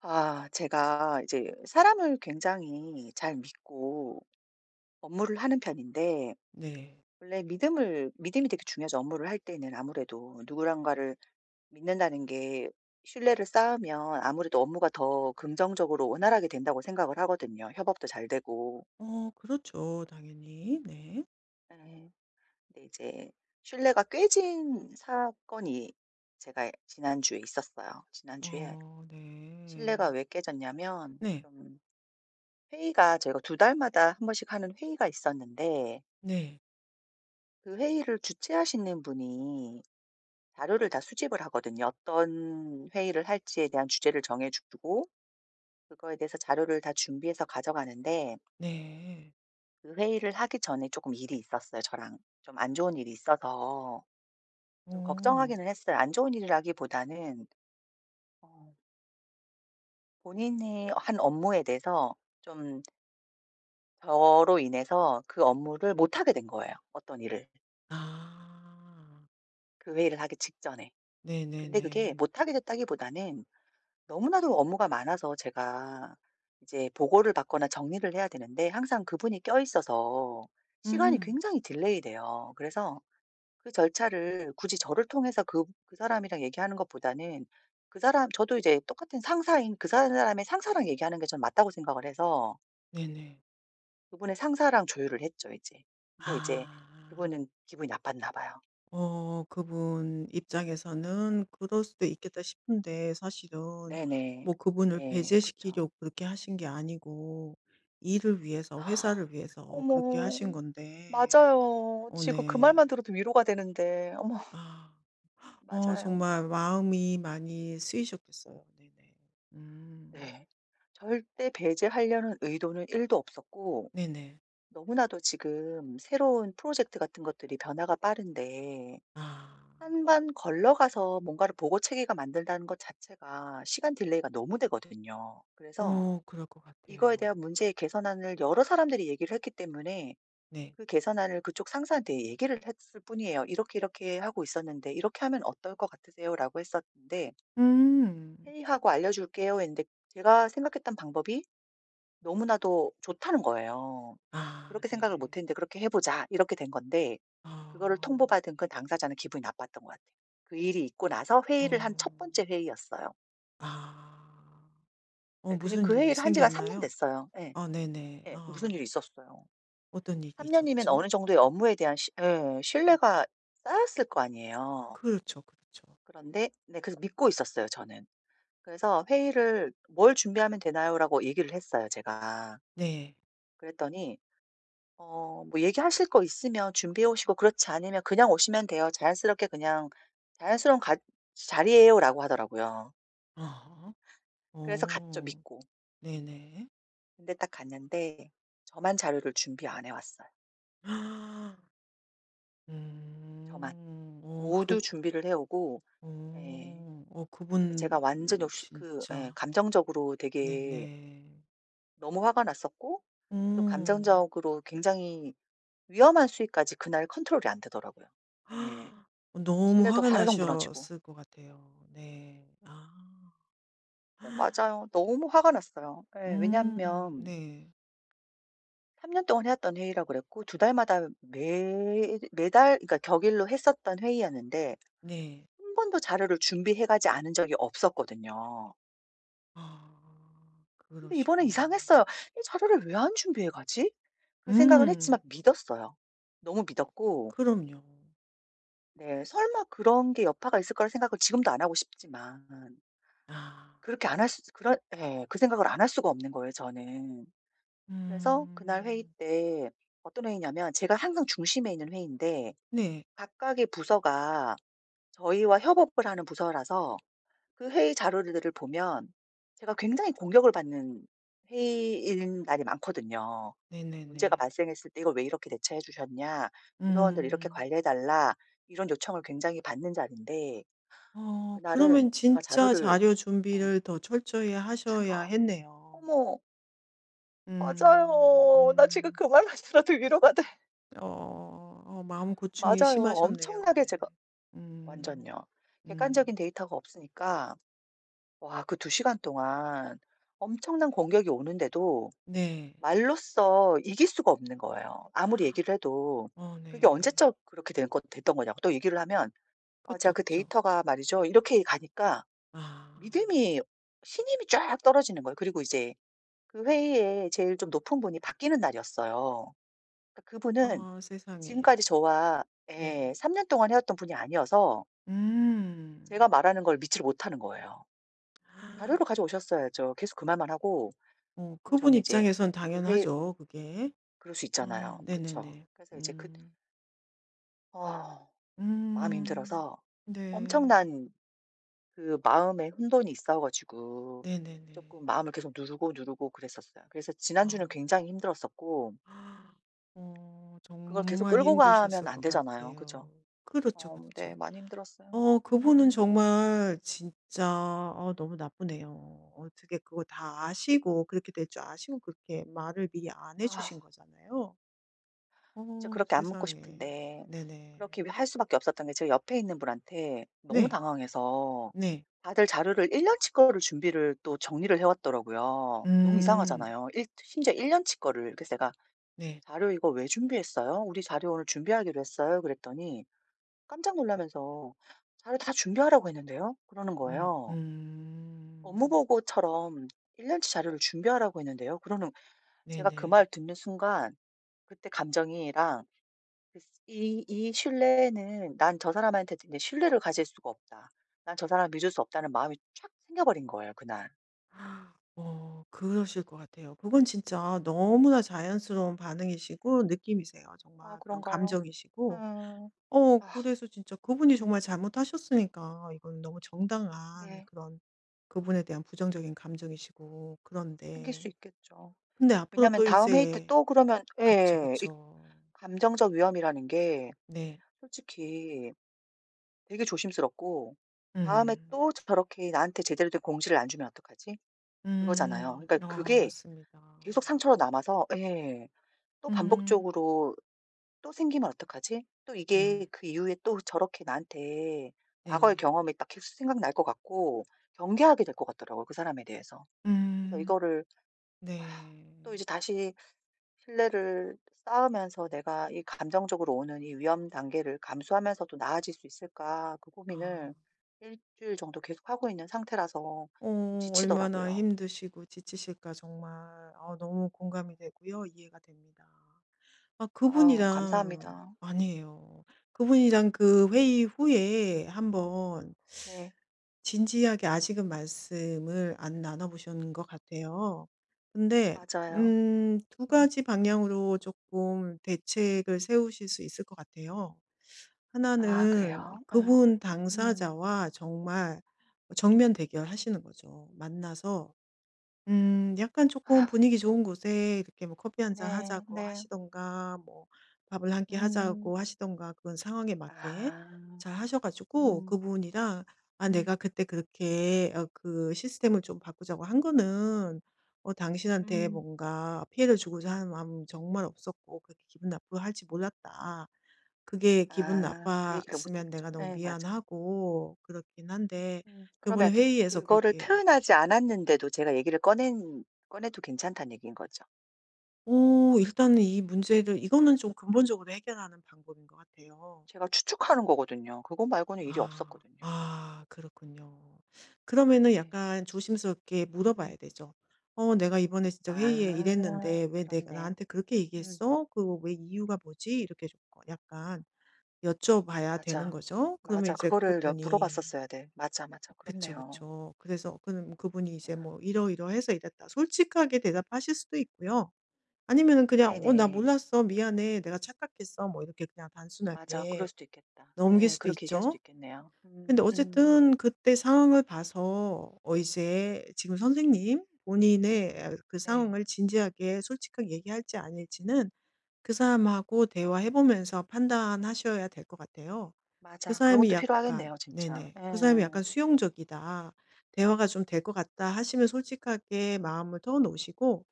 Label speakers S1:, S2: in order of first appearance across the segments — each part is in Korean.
S1: 아, 제가 이제 사람을 굉장히 잘 믿고 업무를 하는 편인데,
S2: 네.
S1: 원래 믿음이 되게 중요하죠. 업무를 할 때는 아무래도 누구랑가를 믿는다는 게 신뢰를 쌓으면 아무래도 업무가 더 긍정적으로 원활하게 된다고 생각을 하거든요. 협업도 잘 되고.
S2: 어 그렇죠. 당연히. 네.
S1: 네. 근데 이제 신뢰가 깨진 사건이 제가 지난주에 있었어요. 지난주에
S2: 어 네.
S1: 신뢰가 왜 깨졌냐면,
S2: 네.
S1: 좀 회의가 저희가 2달마다 한 번씩 하는 회의가 있었는데
S2: 네.
S1: 그 회의를 주최하시는 분이 자료를 다 수집을 하거든요. 어떤 회의를 할지에 대한 주제를 정해 주고 그거에 대해서 자료를 다 준비해서 가져가는데
S2: 네.
S1: 그 회의를 하기 전에 조금 일이 있었어요 저랑. 좀 안 좋은 일이 있어서 좀
S2: 어.
S1: 걱정하기는 했어요. 안 좋은 일이라기보다는 어 본인이 한 업무에 대해서 좀 저로 인해서 그 업무를 못하게 된 거예요 어떤 일을.
S2: 아.
S1: 그 회의를 하기 직전에. 근데 그게
S2: 네네네.
S1: 못하게 됐다기보다는 너무나도 업무가 많아서 제가 이제 보고를 받거나 정리를 해야 되는데 항상 그분이 껴있어서 시간이
S2: 음.
S1: 굉장히 딜레이 돼요. 그래서 그 절차를 굳이 저를 통해서 그 사람이랑 얘기하는 것보다는 저도 이제 똑같은 상사인 그 사람의 상사랑 얘기하는 게 전 맞다고 생각을 해서
S2: 네네.
S1: 그분의 상사랑 조율을 했죠, 이제. 근데 이제
S2: 아.
S1: 그분은 기분이 나빴나 봐요.
S2: 어
S1: 음.
S2: 그분 입장에서는 그럴 수도 있겠다 싶은데 사실은
S1: 네네.
S2: 뭐 그분을
S1: 네, 그쵸.
S2: 배제시키려고 그렇게 하신 게 아니고 일을 위해서 회사를 위해서 그렇게
S1: 어머.
S2: 하신 건데
S1: 맞아요.
S2: 어
S1: 지금 그
S2: 네.
S1: 말만 들어도 위로가 되는데. 어머
S2: 아. 어
S1: 맞아요.
S2: 정말
S1: 음.
S2: 마음이 많이 쓰이셨겠어요. 네네. 음.
S1: 네. 절대 배제하려는 의도는 1도 없었고
S2: 네네.
S1: 너무나도 지금 새로운 프로젝트 같은 것들이 변화가 빠른데
S2: 아.
S1: 한 번 걸러가서 뭔가를 보고 체계가 만든다는 것 자체가 시간 딜레이가 너무 되거든요. 그래서
S2: 오, 그럴 것
S1: 이거에
S2: 같아요.
S1: 대한 문제의 개선안을 여러 사람들이 얘기를 했기 때문에
S2: 네.
S1: 그 개선안을 그쪽 상사한테 얘기를 했을 뿐이에요. "이렇게 이렇게 하고 있었는데 이렇게 하면 어떨 것 같으세요?"라고 했었는데
S2: 음.
S1: "회의하고 알려줄게요." 했는데 제가 생각했던 방법이 너무나도 좋다는 거예요.
S2: 아
S1: 그렇게 생각을 못
S2: 네네.
S1: 했는데 "그렇게 해 보자." 이렇게 된 건데 그거를
S2: 아.
S1: 통보받은 그 당사자는 기분이 나빴던 것 같아요. 그 일이 있고 나서
S2: 어.
S1: 회의를 한 첫 번째 회의였어요.
S2: 아. 어
S1: 예 근데
S2: 무슨
S1: 그
S2: 일이
S1: 회의를 한 지가 3년
S2: 생겼나요?
S1: 됐어요. 예.
S2: 아 네네.
S1: 예. 무슨
S2: 아.
S1: 일이 있었어요.
S2: 어떤 일이
S1: 3 년이면
S2: 있었죠?
S1: 어느 정도의 업무에 대한 시 예
S2: 음.
S1: 신뢰가 쌓였을 거 아니에요.
S2: 그렇죠, 그렇죠.
S1: 그런데 네 그래서 믿고 있었어요 저는. 그래서 "회의를 뭘 준비하면 되나요?"라고 얘기를 했어요 제가.
S2: 네.
S1: 그랬더니 뭐 "얘기하실 거 있으면 준비해 오시고 그렇지 않으면 그냥 오시면 돼요. 자연스럽게 그냥 자연스러운 가 자리예요."라고 하더라고요.
S2: 아하.
S1: 그래서 갔죠
S2: 어.
S1: 믿고.
S2: 네네.
S1: 근데 딱 갔는데 저만 자료를 준비 안 해 왔어요
S2: 아,
S1: 저만.
S2: 어그
S1: 모두 준비를 해 오고 예.
S2: 어. 어
S1: 그래서
S2: 그분
S1: 제가 완전 역시
S2: 진짜
S1: 감정적으로 되게
S2: 네네.
S1: 너무 화가 났었고 또
S2: 음.
S1: 감정적으로 굉장히 위험한 수위까지 그날 컨트롤이 안 되더라고요. 예.
S2: 너무
S1: 신뢰도
S2: 화가
S1: 화르렁 무너지고.
S2: 나셨을 것 같아요. 네. 아.
S1: 어 맞아요. 너무 화가 났어요. 예.
S2: 음.
S1: 왜냐하면
S2: 네.
S1: 3년 동안 해왔던 회의라 그랬고 두 달마다 매 매달 그러니까 격일로 했었던 회의였는데
S2: 네.
S1: 한 번도 자료를 준비해 가지 않은 적이 없었거든요.
S2: 아.
S1: 근데 이번에
S2: 그러시군요.
S1: 이상했어요. '이 자료를 왜 안 준비해 가지?' 그 생각은 했지만
S2: 음.
S1: 믿었어요. 너무 믿었고
S2: 그럼요.
S1: 네 설마 그런 게 여파가 있을 거라 생각을 지금도 안 하고 싶지만
S2: 아.
S1: 그렇게 안 할 수 그런 예. 그 생각을 안 할 수가 없는 거예요 저는. 그래서 그날 회의
S2: 음.
S1: 때 어떤 회의냐면 제가 항상 중심에 있는 회의인데
S2: 네.
S1: 각각의 부서가 저희와 협업을 하는 부서라서 그 회의 자료들을 보면 제가 굉장히 공격을 받는 회의인 날이 많거든요. 문제가
S2: 네네네.
S1: 발생했을 때 "이걸 왜 이렇게 대처해 주셨냐. 부서원들 이렇게
S2: 음.
S1: 관리해 달라." 이런 요청을 굉장히 받는 자리인데
S2: 어
S1: 그날은
S2: 그러면
S1: 제가
S2: 진짜
S1: 자료를
S2: 자료
S1: 어.
S2: 준비를 더 철저히 하셔야 했네요.
S1: 어머
S2: 음.
S1: 맞아요. 나 지금
S2: 음.
S1: 그 말만 들어도 위로가 돼.
S2: 어 어 마음 고충이
S1: 맞아요.
S2: 심하셨네요.
S1: 엄청나게
S2: 네네.
S1: 제가 완전요.
S2: 음. 음.
S1: 객관적인 데이터가 없으니까 와 그 2시간 동안 엄청난 공격이 오는데도
S2: 네.
S1: 말로써 이길 수가 없는 거예요. 아무리 얘기를 해도
S2: 어
S1: 그게
S2: 네.
S1: 언제적 그렇게 된 거 됐던 거냐고. 또 얘기를 하면 "아 제가
S2: 그쵸,
S1: 그
S2: 그쵸.
S1: 데이터가 말이죠." 이렇게 가니까
S2: 아.
S1: 믿음이 신임이 쫙 떨어지는 거예요. 그리고 이제 그 회의에 제일 좀 높은 분이 바뀌는 날이었어요. 그러니까 그분은
S2: 어 세상에.
S1: 지금까지 저와 예
S2: 네.
S1: 3 년 동안 해왔던 분이 아니어서
S2: 음.
S1: 제가 말하는 걸 믿지를 못하는 거예요. 자료를 가져오셨어야죠. 계속 그 말만 하고
S2: 어
S1: 그럼
S2: 그분
S1: 저는 이제
S2: 입장에선
S1: 그 회
S2: 당연하죠, 그게.
S1: 그럴 수
S2: 어
S1: 있잖아요. 그쵸.
S2: 네네네.
S1: 그래서 이제 그
S2: 음.
S1: 어 마음이
S2: 음.
S1: 힘들어서
S2: 네.
S1: 엄청난 그 마음의 혼돈이 있어 가지고
S2: 네네네.
S1: 조금 마음을 계속 누르고 그랬었어요. 그래서 지난주는
S2: 어.
S1: 굉장히 힘들었었고
S2: 아, 어
S1: 그걸 계속
S2: 정말
S1: 끌고 가면
S2: 힘드셨을
S1: 안
S2: 것
S1: 되잖아요. 그죠?
S2: 같아요. 그렇죠,
S1: 어 네.
S2: 그렇죠.
S1: 많이 힘들었어요.
S2: 어 그분은
S1: 음.
S2: 정말 진짜 어 너무 나쁘네요. 어떻게 그거 다 아시고 그렇게 될 줄 아시고 그렇게 말을 미리 안 해
S1: 아.
S2: 주신 거잖아요.
S1: 진짜
S2: 어
S1: 그렇게 안 묻고
S2: 세상에.
S1: 싶은데
S2: 네네.
S1: 그렇게 왜 할 수밖에 없었던 게 제가 옆에 있는 분한테 너무
S2: 네.
S1: 당황해서
S2: 네.
S1: 다들 자료를 1 년치 거를 준비를 또 정리를 해 왔더라고요. 너무
S2: 음.
S1: 이상하잖아요. 일 심지어 1 년치 거를. 그래서 제가
S2: 네.
S1: "자료 이거 왜 준비했어요? 우리 자료 오늘 준비하기로 했어요." 그랬더니 깜짝 놀라면서 "자료 다 준비하라고 했는데요." 그러는
S2: 음.
S1: 거예요.
S2: 음.
S1: 업무 보고처럼 1 년치 자료를 준비하라고 했는데요. 그러는 제가 그
S2: 네네.
S1: 말 듣는 순간 그때 감정이랑 글쎄 이 신뢰는 '난 저 사람한테 이제 신뢰를 가질 수가 없다. 난 저 사람을 믿을 수 없다.'는 마음이 촥 생겨버린 거예요 그날.
S2: 어 그러실 것 같아요. 그건 진짜 너무나 자연스러운 반응이시고 느낌이세요.
S1: 아
S2: 정말 그런
S1: 그런가요?
S2: 감정이시고.
S1: 음.
S2: 어
S1: 아
S2: 그래서 진짜 그분이
S1: 음
S2: 정말 잘못하셨으니까 이건 너무 정당한
S1: 네.
S2: 그런 그분에 대한 부정적인 감정이시고
S1: 생길
S2: 그런데
S1: 수 있겠죠.
S2: 근데 앞으로
S1: 왜냐면
S2: 또
S1: 다음 회의 때
S2: 이제
S1: 또 그러면
S2: 그쵸,
S1: 예. 이
S2: 그쵸.
S1: 감정적 위험이라는 게
S2: 네.
S1: 솔직히 되게 조심스럽고 '다음에
S2: 음.
S1: 또 저렇게 나한테 제대로 된 공지를 안 주면 어떡하지?' 그거잖아요.
S2: 음.
S1: 그러니까
S2: 어
S1: 그게
S2: 맞습니다.
S1: 계속 상처로 남아서 예. 또
S2: 음.
S1: 반복적으로 또 생기면 어떡하지? 또 이게
S2: 음.
S1: 그 이후에 또 저렇게 나한테 과거의
S2: 네네.
S1: 경험이 딱 계속 생각날 것 같고 경계하게 될 것 같더라고요, 그 사람에 대해서. 그래서
S2: 음.
S1: 이거를 아 또
S2: 네.
S1: 이제 다시 신뢰를 쌓으면서 내가 이 감정적으로 오는 이 위험 단계를 감수하면서도 나아질 수 있을까? 그 고민을
S2: 아.
S1: 1주일 정도 계속하고 있는 상태라서 좀
S2: 어 얼마나
S1: 지치더라고요.
S2: 힘드시고 지치실까 정말 아 너무 공감이 되고요. 이해가 됩니다. 아
S1: 아우
S2: 그분이랑
S1: 감사합니다.
S2: 아니에요. 그분이랑 그 회의 후에 한번
S1: 네.
S2: 진지하게 아직은 말씀을 안 나눠 보셨는 것 같아요. 근데
S1: 맞아요.
S2: 두
S1: 음.
S2: 가지 방향으로 조금 대책을 세우실 수 있을 것 같아요.
S1: 아
S2: 하나는
S1: 그래요? 응.
S2: 그분
S1: 음.
S2: 당사자와 정말 정면 대결하시는 거죠. 만나서 약간 조금
S1: 아
S2: 분위기 좋은 곳에 이렇게 뭐 커피 한 잔
S1: 네.
S2: 하자고 하
S1: 네.
S2: 시던가 뭐 밥을 한 끼
S1: 음.
S2: 하자고 하시던가 그건 상황에 맞게
S1: 아.
S2: 잘 하셔 가지고
S1: 음.
S2: 그분이랑 "아
S1: 음.
S2: 내가 그때 그렇게 어 그 시스템을 좀 바꾸자고 한 거는 어 당신한테
S1: 음.
S2: 뭔가 피해를 주고자 하는 마음은 정말 없었고 그렇게 기분 나쁘게 할지 몰랐다." 그게 기분
S1: 아 그 얘기를 못
S2: 나빴으면
S1: 했죠.
S2: 내가 너무
S1: 예 맞아.
S2: 미안하고 그렇긴 한데
S1: 음. 그러면
S2: 요번에 회의에서
S1: 그거를
S2: 그렇게
S1: 표현하지 않았는데도 제가 얘기를 꺼낸 꺼내도 괜찮다는 얘기인 거죠.
S2: 오 일단은 이 문제를 이거는 좀 근본적으로 해결하는 방법인 것 같아요.
S1: 제가 추측하는 거거든요. 그거 말고는 일이
S2: 아.
S1: 없었거든요.
S2: 아 그렇군요. 그러면은
S1: 네.
S2: 약간 조심스럽게 물어봐야
S1: 음.
S2: 되죠. "어 내가 이번에 진짜 회의에
S1: 아
S2: 이랬는데 왜 내가
S1: 그렇네.
S2: 나한테 그렇게
S1: 음.
S2: 얘기했어? 그거 왜 이유가 뭐지?" 이렇게 좀 약간 여쭤봐야 되는
S1: 맞아.
S2: 거죠. 그러면
S1: 맞아.
S2: 이제
S1: 그거를 여
S2: 그분이
S1: 물어봤었어야 돼. 맞아, 맞아.
S2: 그쵸,
S1: 그렇네요.
S2: 그쵸. 그래서 그는 그분이 이제
S1: 아
S2: 뭐 "이러이러해서 이랬다." 솔직하게 대답하실 수도 있고요. 아니면은 그냥 "어 나
S1: 네네.
S2: 몰랐어. 미안해. 내가 착각했어." 뭐 이렇게 그냥
S1: 맞아. 그럴
S2: 단순하게
S1: 수도 있겠다.
S2: 넘길
S1: 예.
S2: 수도
S1: 그렇게 얘기할 수도
S2: 있죠.
S1: 있겠네요.
S2: 근데 어쨌든 그때 상황을 봐서 어 이제 지금 선생님 본인의 그
S1: 네.
S2: 상황을 진지하게 솔직하게 얘기할지 아닐지는 그 사람하고 대화해 보면서 판단하셔야 될 것 같아요. 그
S1: 맞아. 그런
S2: 사람이
S1: 것도
S2: 약간
S1: 필요하겠네요 진짜.
S2: 네네. 그 사람이
S1: 예.
S2: 약간 '수용적이다. 대화가 좀 될 것 같다.' 하시면 솔직하게 마음을 터 놓으시고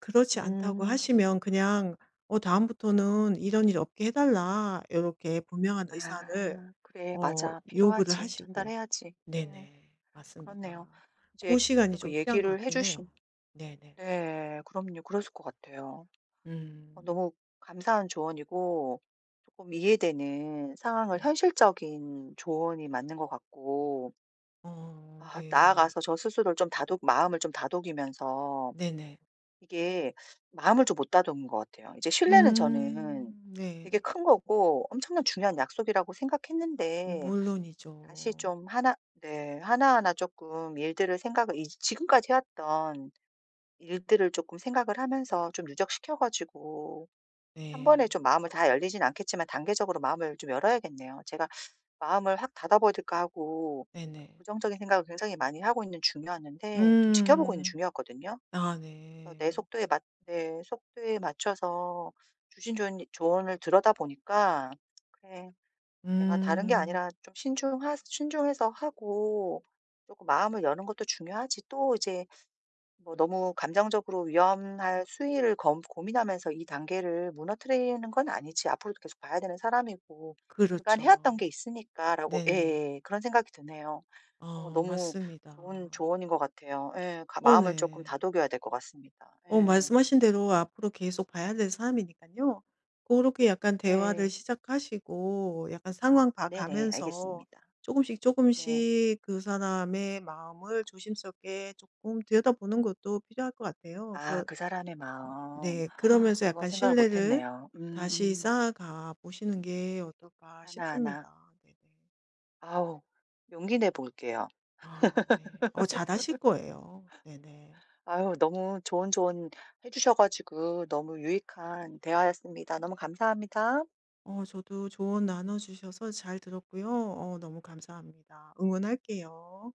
S2: 그렇지 않다고
S1: 음.
S2: 하시면 그냥 "어 다음부터는 이런 일 없게 해 달라." 이렇게 분명한 의사를
S1: 아 그래
S2: 어
S1: 맞아.
S2: 요구를
S1: 필요하지.
S2: 하시고요.
S1: 전달해야지. 예.
S2: 네네.
S1: 그렇네요.
S2: 맞습니다.
S1: 이제
S2: 그 시간이
S1: 그러니까
S2: 좀 필요한 것
S1: 얘기를 해
S2: 같긴 해요.
S1: 주신
S2: 네네.
S1: 네. 그럼요. 그랬을 것 같아요. 어
S2: 음.
S1: 너무 감사한 조언이고 쪼끔 이해되는 상황을
S2: 네.
S1: 현실적인 조언이 맞는 것 같고
S2: 어
S1: 아
S2: 네.
S1: 나아가서 저 스스로를 좀 다독 마음을 좀 다독이면서
S2: 네네.
S1: 이게 마음을 좀 못 다잡은 것 같아요. 이제 신뢰는 저는
S2: 음. 네.
S1: 되게 큰 거고 엄청난 중요한 약속이라고 생각했는데 다시
S2: 물론이죠.
S1: 좀 하나 네. 하나하나 조금 일들을 생각을 이 지금까지 해왔던 일들을 조금 생각을 하면서 좀 누적시켜 가지고 한 번에
S2: 네.
S1: 좀 마음을 다 열리진 않겠지만 단계적으로 마음을 좀 열어야겠네요. 제가 마음을 확 닫아버릴까 하고
S2: 네네.
S1: 부정적인 생각을 굉장히 많이 하고 있는 중이었는데 좀 지켜보고 있는
S2: 음.
S1: 중이었거든요.
S2: 아
S1: 그래서
S2: 네.
S1: 내 속도에 맞춰서 주신 조언을 들여다 보니까 '그래 내가 다른 게 아니라
S2: 음.
S1: 좀 신중하 신중해서 하고 조금 마음을 여는 것도 중요하지.' 또 이제 뭐 너무 감정적으로 위험할 수위를 검 고민하면서 이 단계를 무너뜨리는 건 아니지. 앞으로도 계속 봐야 되는 사람이고 그간 해왔던
S2: 그렇죠.
S1: 게 있으니까라고
S2: 네네.
S1: 예예 그런 생각이 드네요. 어
S2: 어
S1: 너무
S2: 맞습니다.
S1: 좋은 조언인 것 같아요. 예. 가
S2: 어
S1: 마음을 조금
S2: 네.
S1: 다독여야 될 것 같습니다.
S2: 어
S1: 예.
S2: 말씀하신 대로 앞으로 계속 봐야 될 사람이니까요 그렇게 약간 대화를
S1: 네.
S2: 시작하시고 약간 상황 봐
S1: 네네.
S2: 가면서
S1: 알겠습니다.
S2: 조금씩 조금
S1: 네.
S2: 씩 그 사람의 마음을 조심스럽게 조금 들여다보는 것도 필요할 것 같아요.
S1: 아
S2: 그러
S1: 그 사람의 마음.
S2: 네. 그러면서
S1: 그건
S2: 약간
S1: 생각을 못
S2: 신뢰를
S1: 했네요.
S2: 다시
S1: 음음.
S2: 쌓아가 보시는 게 어떨까
S1: 하나하나.
S2: 싶습니다. 네네.
S1: 아우 용기 내 볼게요.
S2: 아 네. 어 잘하실 거예요. 네네.
S1: 아유 너무 좋은 조언 해 주셔 가지고 너무 유익한 대화였습니다. 너무 감사합니다.
S2: 어, 저도 조언 나눠주셔서 잘 들었고요. 어, 너무 감사합니다. 응원할게요.